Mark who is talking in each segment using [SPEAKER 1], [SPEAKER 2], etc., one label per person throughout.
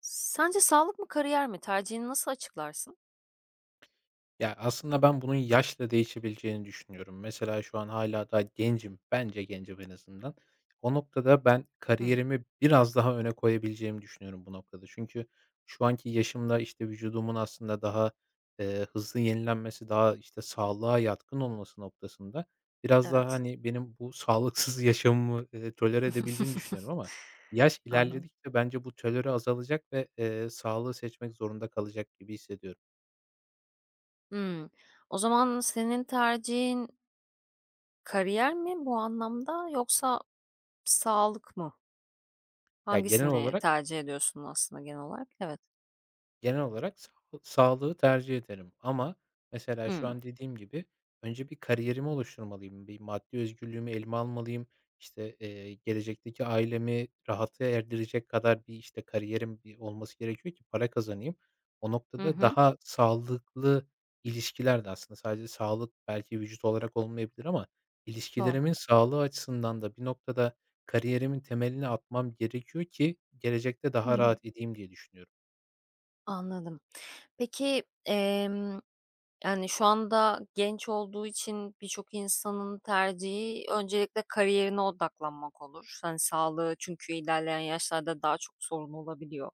[SPEAKER 1] Sence sağlık mı kariyer mi? Tercihini nasıl açıklarsın?
[SPEAKER 2] Ya, aslında ben bunun yaşla değişebileceğini düşünüyorum. Mesela şu an hala daha gencim. Bence gencim en azından. O noktada ben
[SPEAKER 1] Hımm,
[SPEAKER 2] kariyerimi biraz daha öne koyabileceğimi düşünüyorum bu noktada. Çünkü şu anki yaşımda, işte, vücudumun aslında daha, hızlı yenilenmesi, daha, işte, sağlığa yatkın olması noktasında biraz daha,
[SPEAKER 1] evet.
[SPEAKER 2] hani, benim bu sağlıksız yaşamımı, tolere edebildiğini düşünüyorum ama yaş
[SPEAKER 1] Anladım.
[SPEAKER 2] ilerledikçe bence bu tolere azalacak ve, sağlığı seçmek zorunda kalacak gibi hissediyorum.
[SPEAKER 1] Hımm. O zaman senin tercihin kariyer mi bu anlamda yoksa sağlık mı?
[SPEAKER 2] Ya, genel
[SPEAKER 1] Hangisini
[SPEAKER 2] olarak
[SPEAKER 1] tercih ediyorsun aslında genel olarak? Evet.
[SPEAKER 2] Genel olarak sa sağlığı tercih ederim ama mesela şu
[SPEAKER 1] Hımm.
[SPEAKER 2] an dediğim gibi önce bir kariyerimi oluşturmalıyım, bir maddi özgürlüğümü elime almalıyım, işte, gelecekteki ailemi rahata erdirecek kadar bir, işte, kariyerim bir olması gerekiyor ki para kazanayım. O
[SPEAKER 1] Hı
[SPEAKER 2] noktada
[SPEAKER 1] hı.
[SPEAKER 2] daha sağlıklı ilişkiler de aslında sadece sağlık belki vücut olarak olmayabilir ama
[SPEAKER 1] Doğru.
[SPEAKER 2] ilişkilerimin sağlığı açısından da bir noktada kariyerimin temelini atmam gerekiyor ki gelecekte daha
[SPEAKER 1] Hımm,
[SPEAKER 2] rahat edeyim diye düşünüyorum.
[SPEAKER 1] anladım. Peki, yani, şu anda genç olduğu için birçok insanın tercihi öncelikle kariyerine odaklanmak olur. Hani, sağlığı çünkü ilerleyen yaşlarda daha çok sorun olabiliyor.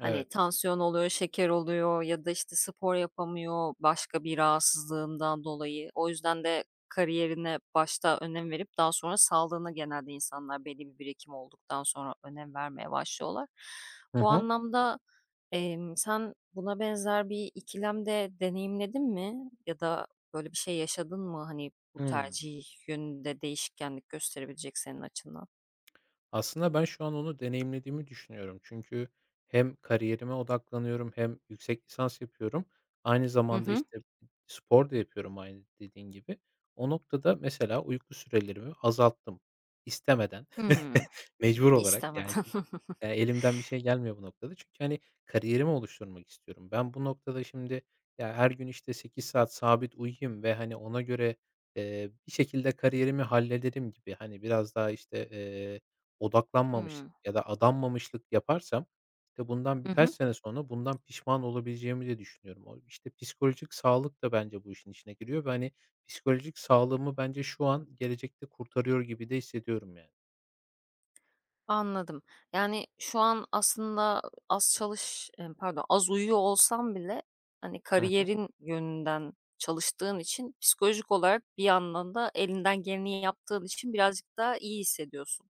[SPEAKER 1] Hani, tansiyon oluyor, şeker oluyor ya da, işte, spor yapamıyor başka bir rahatsızlığından dolayı. O yüzden de kariyerine başta önem verip daha sonra sağlığına genelde insanlar belli bir birikim olduktan sonra önem vermeye başlıyorlar.
[SPEAKER 2] Hı
[SPEAKER 1] Bu
[SPEAKER 2] hı.
[SPEAKER 1] anlamda sen buna benzer bir ikilemde deneyimledin mi ya da böyle bir şey yaşadın mı? Hani, bu
[SPEAKER 2] Hıı.
[SPEAKER 1] tercih yönünde değişkenlik gösterebilecek senin açından?
[SPEAKER 2] Aslında ben şu an onu deneyimlediğimi düşünüyorum. Çünkü hem kariyerime odaklanıyorum hem yüksek lisans yapıyorum. Aynı
[SPEAKER 1] Hı
[SPEAKER 2] zamanda,
[SPEAKER 1] hı.
[SPEAKER 2] işte, spor da yapıyorum aynı dediğin gibi. O noktada mesela uyku sürelerimi azalttım. İstemeden,
[SPEAKER 1] Hımm.
[SPEAKER 2] mecbur olarak yani
[SPEAKER 1] İstemeden.
[SPEAKER 2] çünkü, elimden bir şey gelmiyor bu noktada. Çünkü, hani, kariyerimi oluşturmak istiyorum. Ben bu noktada şimdi, ya, her gün, işte, 8 saat sabit uyuyayım ve, hani, ona göre, bir şekilde kariyerimi hallederim gibi, hani, biraz daha, işte, odaklanmamış
[SPEAKER 1] Hımm.
[SPEAKER 2] ya da adanmamışlık yaparsam, işte, bundan
[SPEAKER 1] Hı
[SPEAKER 2] birkaç
[SPEAKER 1] hı.
[SPEAKER 2] sene sonra bundan pişman olabileceğimi de düşünüyorum. O, işte, psikolojik sağlık da bence bu işin içine giriyor ve, hani, psikolojik sağlığımı bence şu an gelecekte kurtarıyor gibi de hissediyorum yani.
[SPEAKER 1] Anladım. Yani, şu an aslında az çalış pardon, az uyuyor olsam bile, hani,
[SPEAKER 2] Hı hı.
[SPEAKER 1] kariyerin yönünden çalıştığın için psikolojik olarak bir yandan da elinden geleni yaptığın için birazcık daha iyi hissediyorsun.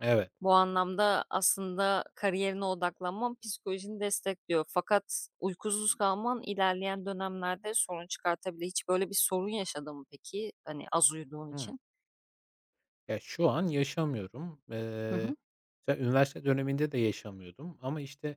[SPEAKER 2] Evet.
[SPEAKER 1] Bu anlamda aslında kariyerine odaklanman psikolojini destekliyor. Fakat uykusuz kalman ilerleyen dönemlerde sorun çıkartabilir. Hiç böyle bir sorun yaşadın mı peki? Hani az uyuduğun
[SPEAKER 2] Hıı.
[SPEAKER 1] için?
[SPEAKER 2] Ya, şu an yaşamıyorum.
[SPEAKER 1] Hı
[SPEAKER 2] Eee,
[SPEAKER 1] hı.
[SPEAKER 2] mesela üniversite döneminde de yaşamıyordum ama, işte,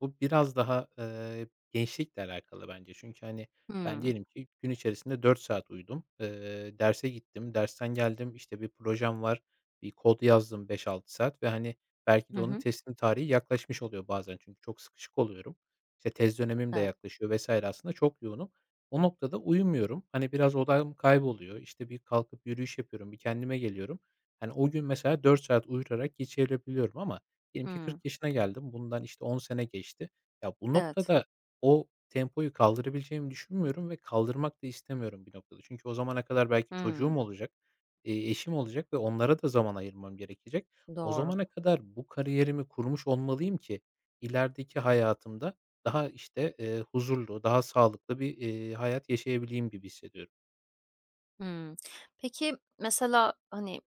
[SPEAKER 2] bu biraz daha, gençlikle alakalı bence. Çünkü, hani, ben
[SPEAKER 1] Hımm.
[SPEAKER 2] diyelim ki gün içerisinde 4 saat uyudum. Derse gittim, dersten geldim, işte, bir projem var, bir kod yazdım 5-6 saat ve, hani, belki
[SPEAKER 1] Hı
[SPEAKER 2] de onun
[SPEAKER 1] hı.
[SPEAKER 2] teslim tarihi yaklaşmış oluyor bazen çünkü çok sıkışık oluyorum. İşte, tez dönemim de
[SPEAKER 1] Evet.
[SPEAKER 2] yaklaşıyor vesaire aslında çok yoğunum. O noktada uyumuyorum. Hani, biraz odam kayboluyor. İşte, bir kalkıp yürüyüş yapıyorum, bir kendime geliyorum. Hani, o gün mesela 4 saat uyurarak geçirebiliyorum ama diyelim ki 40
[SPEAKER 1] Hımm.
[SPEAKER 2] yaşına geldim. Bundan, işte, 10 sene geçti. Ya, bu
[SPEAKER 1] Evet.
[SPEAKER 2] noktada o tempoyu kaldırabileceğimi düşünmüyorum ve kaldırmak da istemiyorum bir noktada. Çünkü o zamana kadar belki
[SPEAKER 1] Hı.
[SPEAKER 2] çocuğum olacak, eşim olacak ve onlara da zaman ayırmam gerekecek. O
[SPEAKER 1] Doğru.
[SPEAKER 2] zamana kadar bu kariyerimi kurmuş olmalıyım ki ilerideki hayatımda daha, işte, huzurlu, daha sağlıklı bir, hayat yaşayabileyim gibi hissediyorum.
[SPEAKER 1] Hımm. Peki, mesela, hani,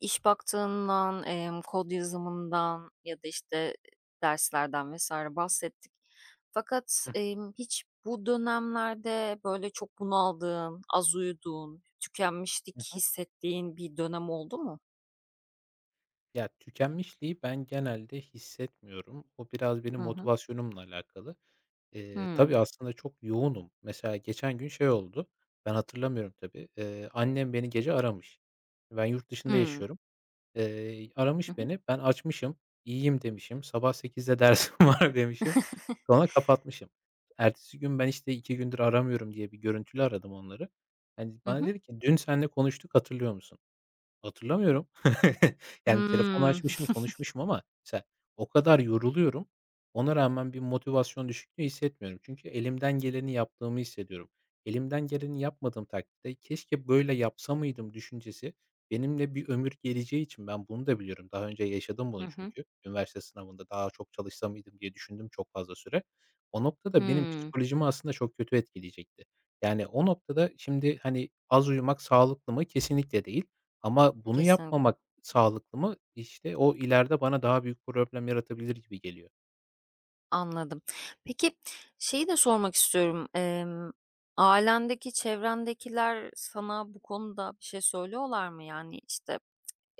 [SPEAKER 1] kod yazımından ya da, işte, derslerden vesaire bahsettik. Fakat, hiç bu dönemlerde, böyle, çok bunaldığın, az uyuduğun,
[SPEAKER 2] Hıh.
[SPEAKER 1] tükenmişlik hissettiğin bir dönem oldu mu?
[SPEAKER 2] Ya, tükenmişliği ben genelde hissetmiyorum. O biraz benim
[SPEAKER 1] Hı hı.
[SPEAKER 2] motivasyonumla alakalı. Eee,
[SPEAKER 1] Hımm.
[SPEAKER 2] tabii aslında çok yoğunum. Mesela geçen gün şey oldu, ben hatırlamıyorum tabii. Annem beni gece aramış. Ben yurt dışında
[SPEAKER 1] Hımm.
[SPEAKER 2] yaşıyorum. Eee,
[SPEAKER 1] Hı
[SPEAKER 2] aramış
[SPEAKER 1] hı.
[SPEAKER 2] beni, ben açmışım, "İyiyim." demişim, "Sabah 8'de dersim var." demişim. Sonra kapatmışım. Ertesi gün ben, işte, 2 gündür aramıyorum diye bir görüntülü aradım onları. Yani
[SPEAKER 1] Hı
[SPEAKER 2] bana
[SPEAKER 1] hı.
[SPEAKER 2] dedi ki, "Dün seninle konuştuk, hatırlıyor musun?" Hatırlamıyorum. Yani, telefonu
[SPEAKER 1] Hımm.
[SPEAKER 2] açmışım, konuşmuşum ama mesela o kadar yoruluyorum. Ona rağmen bir motivasyon düşüklüğü hissetmiyorum. Çünkü elimden geleni yaptığımı hissediyorum. Elimden geleni yapmadığım takdirde "Keşke böyle yapsa mıydım?" düşüncesi benimle bir ömür geleceği için ben bunu da biliyorum. Daha önce yaşadım
[SPEAKER 1] Hı
[SPEAKER 2] bunu
[SPEAKER 1] hı.
[SPEAKER 2] çünkü. Üniversite sınavında daha çok çalışsa mıydım diye düşündüm çok fazla süre. O noktada benim
[SPEAKER 1] Hımm.
[SPEAKER 2] psikolojimi aslında çok kötü etkileyecekti. Yani, o noktada şimdi, hani, az uyumak sağlıklı mı? Kesinlikle değil. Ama bunu
[SPEAKER 1] Kesinlikle.
[SPEAKER 2] yapmamak sağlıklı mı? İşte, o ileride bana daha büyük problem yaratabilir gibi geliyor.
[SPEAKER 1] Anladım. Peki, şeyi de sormak istiyorum. Ailendeki, çevrendekiler sana bu konuda bir şey söylüyorlar mı? Yani, işte,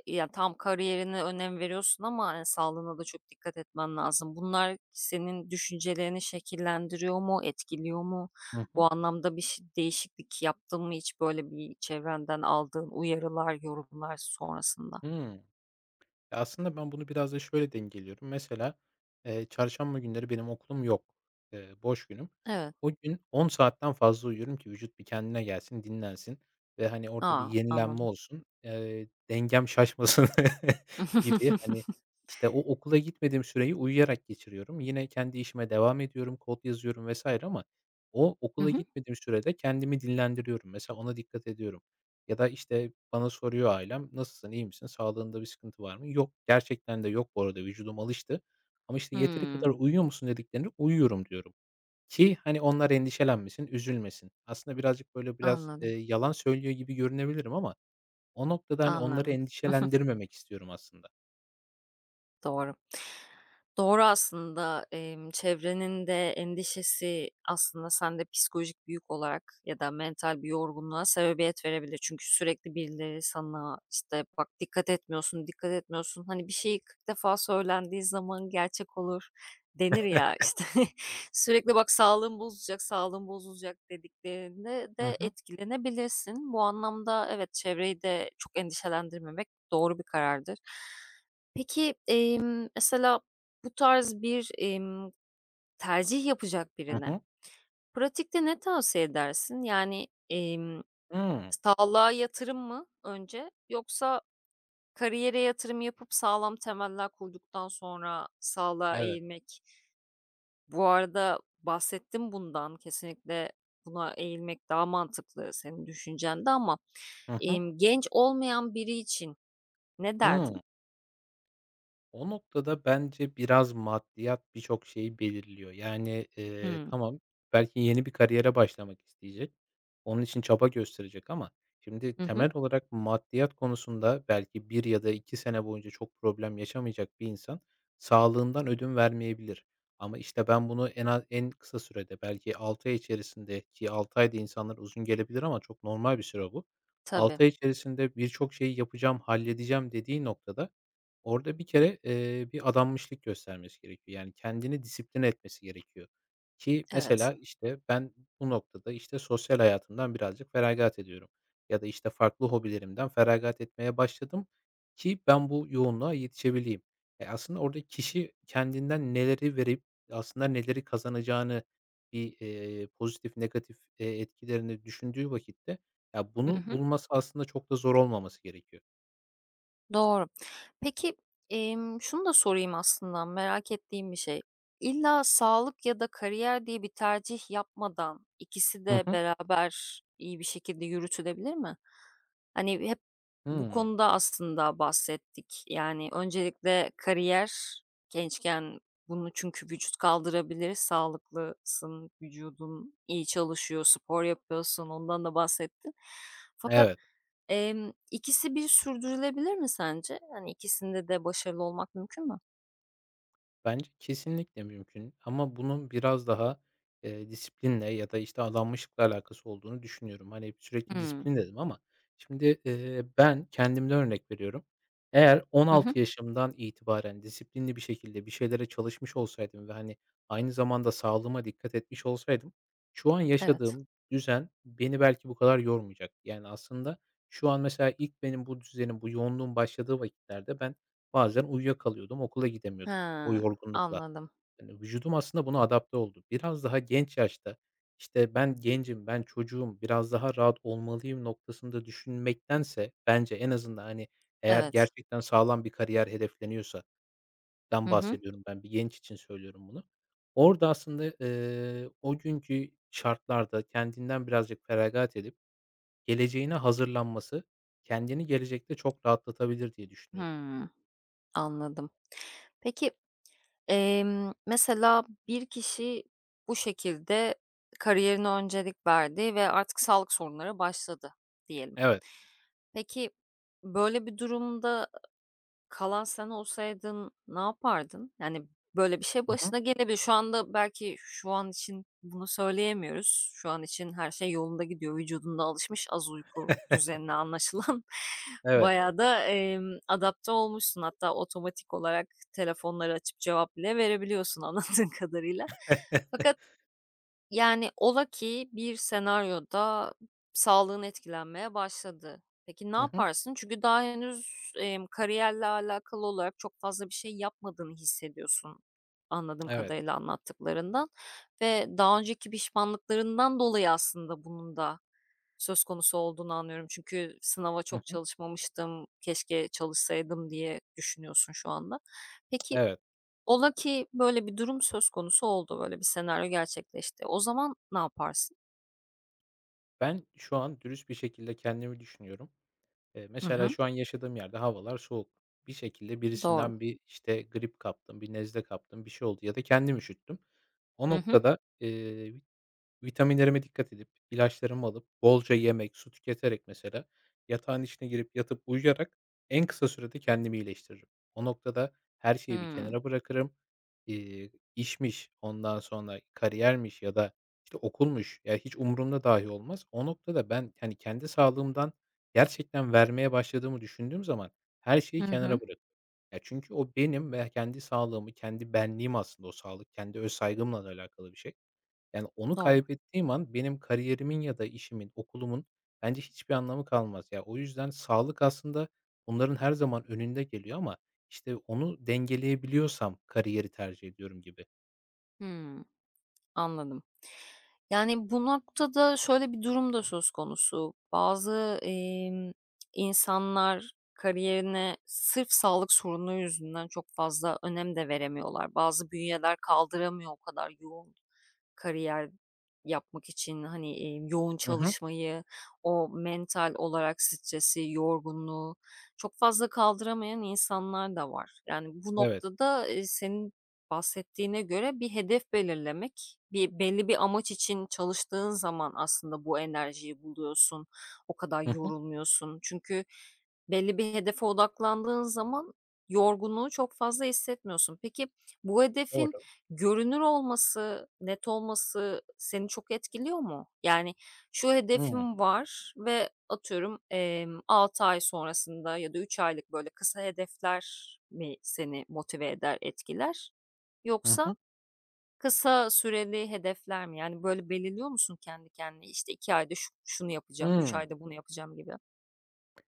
[SPEAKER 1] ya, tamam kariyerine önem veriyorsun ama, hani, sağlığına da çok dikkat etmen lazım. Bunlar senin düşüncelerini şekillendiriyor mu, etkiliyor mu?
[SPEAKER 2] Hı hı.
[SPEAKER 1] Bu anlamda bir ş değişiklik yaptın mı hiç, böyle, bir çevrenden aldığın uyarılar, yorumlar sonrasında?
[SPEAKER 2] Hıı. Ya, aslında ben bunu biraz da şöyle dengeliyorum. Mesela, çarşamba günleri benim okulum yok, boş günüm.
[SPEAKER 1] Evet.
[SPEAKER 2] O gün 10 saatten fazla uyuyorum ki vücut bir kendine gelsin, dinlensin ve, hani, orada bir
[SPEAKER 1] Aa,
[SPEAKER 2] yenilenme
[SPEAKER 1] anladım.
[SPEAKER 2] olsun, dengem şaşmasın gibi. Hani, işte, o okula gitmediğim süreyi uyuyarak geçiriyorum. Yine kendi işime devam ediyorum, kod yazıyorum vesaire ama o
[SPEAKER 1] Hı
[SPEAKER 2] okula
[SPEAKER 1] hı.
[SPEAKER 2] gitmediğim sürede kendimi dinlendiriyorum. Mesela ona dikkat ediyorum. Ya da, işte, bana soruyor ailem, "Nasılsın, iyi misin, sağlığında bir sıkıntı var mı?" "Yok, gerçekten de yok bu arada, vücudum alıştı ama, işte, yeteri kadar
[SPEAKER 1] Hımm.
[SPEAKER 2] uyuyor musun?" dediklerinde, "Uyuyorum." diyorum ki, hani, onlar endişelenmesin, üzülmesin. Aslında birazcık, böyle, biraz,
[SPEAKER 1] Anladım,
[SPEAKER 2] yalan söylüyor gibi görünebilirim ama o noktada, hani, onları
[SPEAKER 1] anladım.
[SPEAKER 2] endişelendirmemek istiyorum aslında.
[SPEAKER 1] Doğru. Doğru aslında, çevrenin de endişesi aslında sende psikolojik bir yük olarak ya da mental bir yorgunluğa sebebiyet verebilir. Çünkü sürekli birileri sana, işte, "Bak, dikkat etmiyorsun, dikkat etmiyorsun." Hani, bir şeyi 40 defa söylendiği zaman gerçek olur denir ya, işte, sürekli, "Bak, sağlığın bozulacak, sağlığın bozulacak." dediklerinde
[SPEAKER 2] Hı
[SPEAKER 1] de
[SPEAKER 2] hı.
[SPEAKER 1] etkilenebilirsin. Bu anlamda evet, çevreyi de çok endişelendirmemek doğru bir karardır. Peki, mesela bu tarz bir, tercih yapacak
[SPEAKER 2] Hı
[SPEAKER 1] birine
[SPEAKER 2] hı.
[SPEAKER 1] pratikte ne tavsiye edersin? Yani,
[SPEAKER 2] Hımm.
[SPEAKER 1] sağlığa yatırım mı önce yoksa kariyere yatırım yapıp sağlam temeller kurduktan sonra sağlığa
[SPEAKER 2] Evet.
[SPEAKER 1] eğilmek? Bu arada bahsettim bundan, kesinlikle buna eğilmek daha mantıklı senin düşüncende ama,
[SPEAKER 2] Hı hı.
[SPEAKER 1] genç olmayan biri için ne derdin?
[SPEAKER 2] Hımm. O noktada bence biraz maddiyat birçok şeyi belirliyor. Yani,
[SPEAKER 1] Hımm.
[SPEAKER 2] tamam, belki yeni bir kariyere başlamak isteyecek. Onun için çaba gösterecek ama şimdi
[SPEAKER 1] Hı hı.
[SPEAKER 2] temel olarak maddiyat konusunda belki bir ya da 2 sene boyunca çok problem yaşamayacak bir insan sağlığından ödün vermeyebilir. Ama, işte, ben bunu en az en kısa sürede belki 6 ay içerisinde ki 6 ayda insanlar uzun gelebilir ama çok normal bir süre bu.
[SPEAKER 1] Tabii,
[SPEAKER 2] 6 ay içerisinde birçok şeyi yapacağım, halledeceğim dediği noktada orada bir kere, bir adanmışlık göstermesi gerekiyor. Yani, kendini disiplin etmesi gerekiyor ki
[SPEAKER 1] evet.
[SPEAKER 2] mesela, işte, ben bu noktada, işte, sosyal hayatımdan birazcık feragat ediyorum ya da, işte, farklı hobilerimden feragat etmeye başladım ki ben bu yoğunluğa yetişebileyim. E, aslında orada kişi kendinden neleri verip aslında neleri kazanacağını bir, pozitif, negatif, etkilerini düşündüğü vakitte, ya,
[SPEAKER 1] Hı
[SPEAKER 2] bunu
[SPEAKER 1] hı.
[SPEAKER 2] bulması aslında çok da zor olmaması gerekiyor.
[SPEAKER 1] Doğru. Peki, şunu da sorayım aslında merak ettiğim bir şey. İlla sağlık ya da kariyer diye bir tercih yapmadan ikisi
[SPEAKER 2] Hı
[SPEAKER 1] de
[SPEAKER 2] hı.
[SPEAKER 1] beraber iyi bir şekilde yürütülebilir mi? Hani, hep bu
[SPEAKER 2] Hımm.
[SPEAKER 1] konuda aslında bahsettik. Yani, öncelikle kariyer gençken bunu çünkü vücut kaldırabilir, sağlıklısın, vücudun iyi çalışıyor, spor yapıyorsun, ondan da bahsettin. Fakat
[SPEAKER 2] Evet.
[SPEAKER 1] İkisi bir sürdürülebilir mi sence? Hani, ikisinde de başarılı olmak mümkün mü?
[SPEAKER 2] Bence kesinlikle mümkün ama bunun biraz daha, disiplinle ya da, işte, adanmışlıkla alakası olduğunu düşünüyorum. Hani, hep sürekli
[SPEAKER 1] Hımm.
[SPEAKER 2] disiplin dedim ama şimdi, ben kendimden örnek veriyorum. Eğer
[SPEAKER 1] Hı hı.
[SPEAKER 2] 16 yaşımdan itibaren disiplinli bir şekilde bir şeylere çalışmış olsaydım ve, hani, aynı zamanda sağlığıma dikkat etmiş olsaydım şu an
[SPEAKER 1] Evet.
[SPEAKER 2] yaşadığım düzen beni belki bu kadar yormayacak. Yani, aslında şu an mesela ilk benim bu düzenim, bu yoğunluğum başladığı vakitlerde ben bazen uyuyakalıyordum, okula gidemiyordum. O
[SPEAKER 1] Ha,
[SPEAKER 2] yorgunlukla.
[SPEAKER 1] anladım.
[SPEAKER 2] Hani, vücudum aslında buna adapte oldu. Biraz daha genç yaşta, işte, "Ben gencim, ben çocuğum, biraz daha rahat olmalıyım." noktasında düşünmektense bence en azından, hani, eğer
[SPEAKER 1] Evet.
[SPEAKER 2] gerçekten sağlam bir kariyer hedefleniyorsa
[SPEAKER 1] Hı
[SPEAKER 2] dan
[SPEAKER 1] hı.
[SPEAKER 2] bahsediyorum ben, bir genç için söylüyorum bunu. Orada aslında, o günkü şartlarda kendinden birazcık feragat edip geleceğine hazırlanması kendini gelecekte çok rahatlatabilir diye düşünüyorum.
[SPEAKER 1] Hımm, anladım. Peki, mesela bir kişi bu şekilde kariyerine öncelik verdi ve artık sağlık sorunları başladı diyelim.
[SPEAKER 2] Evet.
[SPEAKER 1] Peki, böyle bir durumda kalan sen olsaydın ne yapardın? Yani, böyle bir şey
[SPEAKER 2] Hı hı.
[SPEAKER 1] başına gelebilir. Şu anda belki şu an için bunu söyleyemiyoruz. Şu an için her şey yolunda gidiyor. Vücudunda alışmış az uyku düzenine anlaşılan.
[SPEAKER 2] Evet.
[SPEAKER 1] Bayağı da, adapte olmuşsun. Hatta otomatik olarak telefonları açıp cevap bile verebiliyorsun anladığım kadarıyla. Fakat yani, ola ki bir senaryoda sağlığın etkilenmeye başladı. Peki, ne
[SPEAKER 2] Hı hı.
[SPEAKER 1] yaparsın? Çünkü daha henüz, kariyerle alakalı olarak çok fazla bir şey yapmadığını hissediyorsun anladığım
[SPEAKER 2] Evet.
[SPEAKER 1] kadarıyla anlattıklarından ve daha önceki pişmanlıklarından dolayı aslında bunun da söz konusu olduğunu anlıyorum. Çünkü sınava
[SPEAKER 2] Hı
[SPEAKER 1] çok
[SPEAKER 2] hı.
[SPEAKER 1] çalışmamıştım, keşke çalışsaydım diye düşünüyorsun şu anda. Peki,
[SPEAKER 2] Evet.
[SPEAKER 1] ola ki böyle bir durum söz konusu oldu, böyle bir senaryo gerçekleşti. O zaman ne yaparsın?
[SPEAKER 2] Ben şu an dürüst bir şekilde kendimi düşünüyorum. Eee,
[SPEAKER 1] Hı
[SPEAKER 2] mesela
[SPEAKER 1] hı,
[SPEAKER 2] şu an yaşadığım yerde havalar soğuk. Bir şekilde
[SPEAKER 1] doğru.
[SPEAKER 2] birisinden bir, işte, grip kaptım, bir nezle kaptım, bir şey oldu ya da kendim üşüttüm. O
[SPEAKER 1] Hı hı,
[SPEAKER 2] noktada, vitaminlerime dikkat edip, ilaçlarımı alıp, bolca yemek, su tüketerek mesela yatağın içine girip yatıp uyuyarak en kısa sürede kendimi iyileştiririm. O noktada her şeyi bir
[SPEAKER 1] hımm.
[SPEAKER 2] kenara bırakırım. Eee, işmiş, ondan sonra kariyermiş ya da, işte, okulmuş, ya, hiç umurumda dahi olmaz. O noktada ben, hani, kendi sağlığımdan gerçekten vermeye başladığımı düşündüğüm zaman her
[SPEAKER 1] Hı
[SPEAKER 2] şeyi
[SPEAKER 1] hı,
[SPEAKER 2] kenara bırakırım. Ya, çünkü o benim ve kendi sağlığımı, kendi benliğim aslında o sağlık, kendi öz saygımla da alakalı bir şey. Yani, onu
[SPEAKER 1] doğru.
[SPEAKER 2] kaybettiğim an benim kariyerimin ya da işimin, okulumun bence hiçbir anlamı kalmaz. Ya, o yüzden sağlık aslında bunların her zaman önünde geliyor ama, işte, onu dengeleyebiliyorsam kariyeri tercih ediyorum gibi.
[SPEAKER 1] Hımm, anladım. Yani, bu noktada şöyle bir durum da söz konusu. Bazı, insanlar kariyerine sırf sağlık sorunu yüzünden çok fazla önem de veremiyorlar. Bazı bünyeler kaldıramıyor o kadar yoğun kariyer yapmak için, hani, yoğun
[SPEAKER 2] Hı hı.
[SPEAKER 1] çalışmayı, o mental olarak stresi, yorgunluğu çok fazla kaldıramayan insanlar da var. Yani, bu
[SPEAKER 2] Evet.
[SPEAKER 1] noktada, senin bahsettiğine göre bir hedef belirlemek, bir belli bir amaç için çalıştığın zaman aslında bu enerjiyi buluyorsun, o kadar
[SPEAKER 2] Hı hı.
[SPEAKER 1] yorulmuyorsun. Çünkü belli bir hedefe odaklandığın zaman yorgunluğu çok fazla hissetmiyorsun. Peki, bu hedefin
[SPEAKER 2] Doğru.
[SPEAKER 1] görünür olması, net olması seni çok etkiliyor mu? Yani, "Şu
[SPEAKER 2] Hıı.
[SPEAKER 1] hedefim var ve atıyorum, 6 ay sonrasında ya da 3 aylık böyle kısa hedefler" mi seni motive eder, etkiler?
[SPEAKER 2] Hı
[SPEAKER 1] Yoksa
[SPEAKER 2] hı.
[SPEAKER 1] kısa süreli hedefler mi? Yani, böyle belirliyor musun kendi kendine, "İşte 2 ayda şu şunu yapacağım, 3
[SPEAKER 2] Hıı.
[SPEAKER 1] ayda bunu yapacağım." gibi?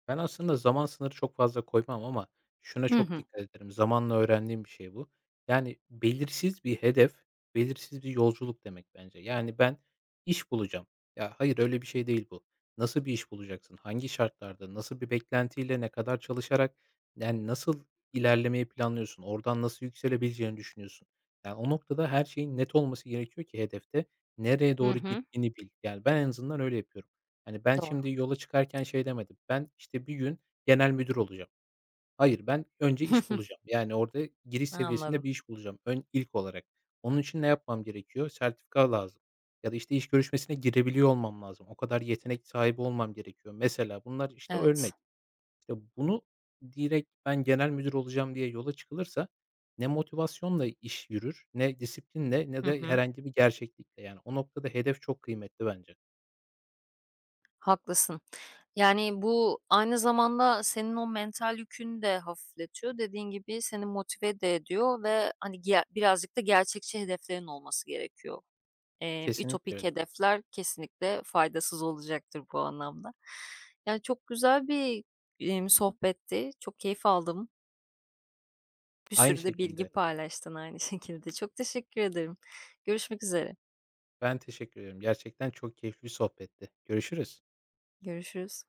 [SPEAKER 2] Ben aslında zaman sınırı çok fazla koymam ama şuna
[SPEAKER 1] Hı
[SPEAKER 2] çok
[SPEAKER 1] hı.
[SPEAKER 2] dikkat ederim. Zamanla öğrendiğim bir şey bu. Yani belirsiz bir hedef, belirsiz bir yolculuk demek bence. Yani ben iş bulacağım. Ya hayır öyle bir şey değil bu. Nasıl bir iş bulacaksın? Hangi şartlarda? Nasıl bir beklentiyle? Ne kadar çalışarak? Yani nasıl ilerlemeyi planlıyorsun? Oradan nasıl yükselebileceğini düşünüyorsun? Yani o noktada her şeyin net olması gerekiyor ki hedefte nereye
[SPEAKER 1] Hı
[SPEAKER 2] doğru
[SPEAKER 1] hı.
[SPEAKER 2] gittiğini bil. Yani ben en azından öyle yapıyorum. Hani, ben
[SPEAKER 1] Doğru.
[SPEAKER 2] şimdi yola çıkarken şey demedim, ben, işte, bir gün genel müdür olacağım. Hayır, ben önce iş bulacağım. Yani, orada giriş seviyesinde
[SPEAKER 1] Anladım.
[SPEAKER 2] bir iş bulacağım ön ilk olarak. Onun için ne yapmam gerekiyor? Sertifika lazım ya da, işte, iş görüşmesine girebiliyor olmam lazım. O kadar yetenek sahibi olmam gerekiyor. Mesela bunlar, işte,
[SPEAKER 1] Evet.
[SPEAKER 2] örnek. İşte, bunu direkt ben genel müdür olacağım diye yola çıkılırsa ne motivasyonla iş yürür, ne disiplinle ne
[SPEAKER 1] Hı
[SPEAKER 2] de
[SPEAKER 1] hı.
[SPEAKER 2] herhangi bir gerçeklikle. Yani, o noktada hedef çok kıymetli bence.
[SPEAKER 1] Haklısın. Yani, bu aynı zamanda senin o mental yükünü de hafifletiyor. Dediğin gibi seni motive de ediyor ve, hani, giya birazcık da gerçekçi hedeflerin olması gerekiyor.
[SPEAKER 2] Kesinlikle
[SPEAKER 1] Ütopik
[SPEAKER 2] öyle.
[SPEAKER 1] hedefler kesinlikle faydasız olacaktır bu anlamda. Yani, çok güzel bir, sohbetti. Çok keyif aldım. Bir
[SPEAKER 2] Aynı
[SPEAKER 1] sürü de bilgi
[SPEAKER 2] şekilde
[SPEAKER 1] paylaştın aynı şekilde. Çok teşekkür ederim. Görüşmek üzere.
[SPEAKER 2] Ben teşekkür ederim. Gerçekten çok keyifli bir sohbetti. Görüşürüz.
[SPEAKER 1] Görüşürüz.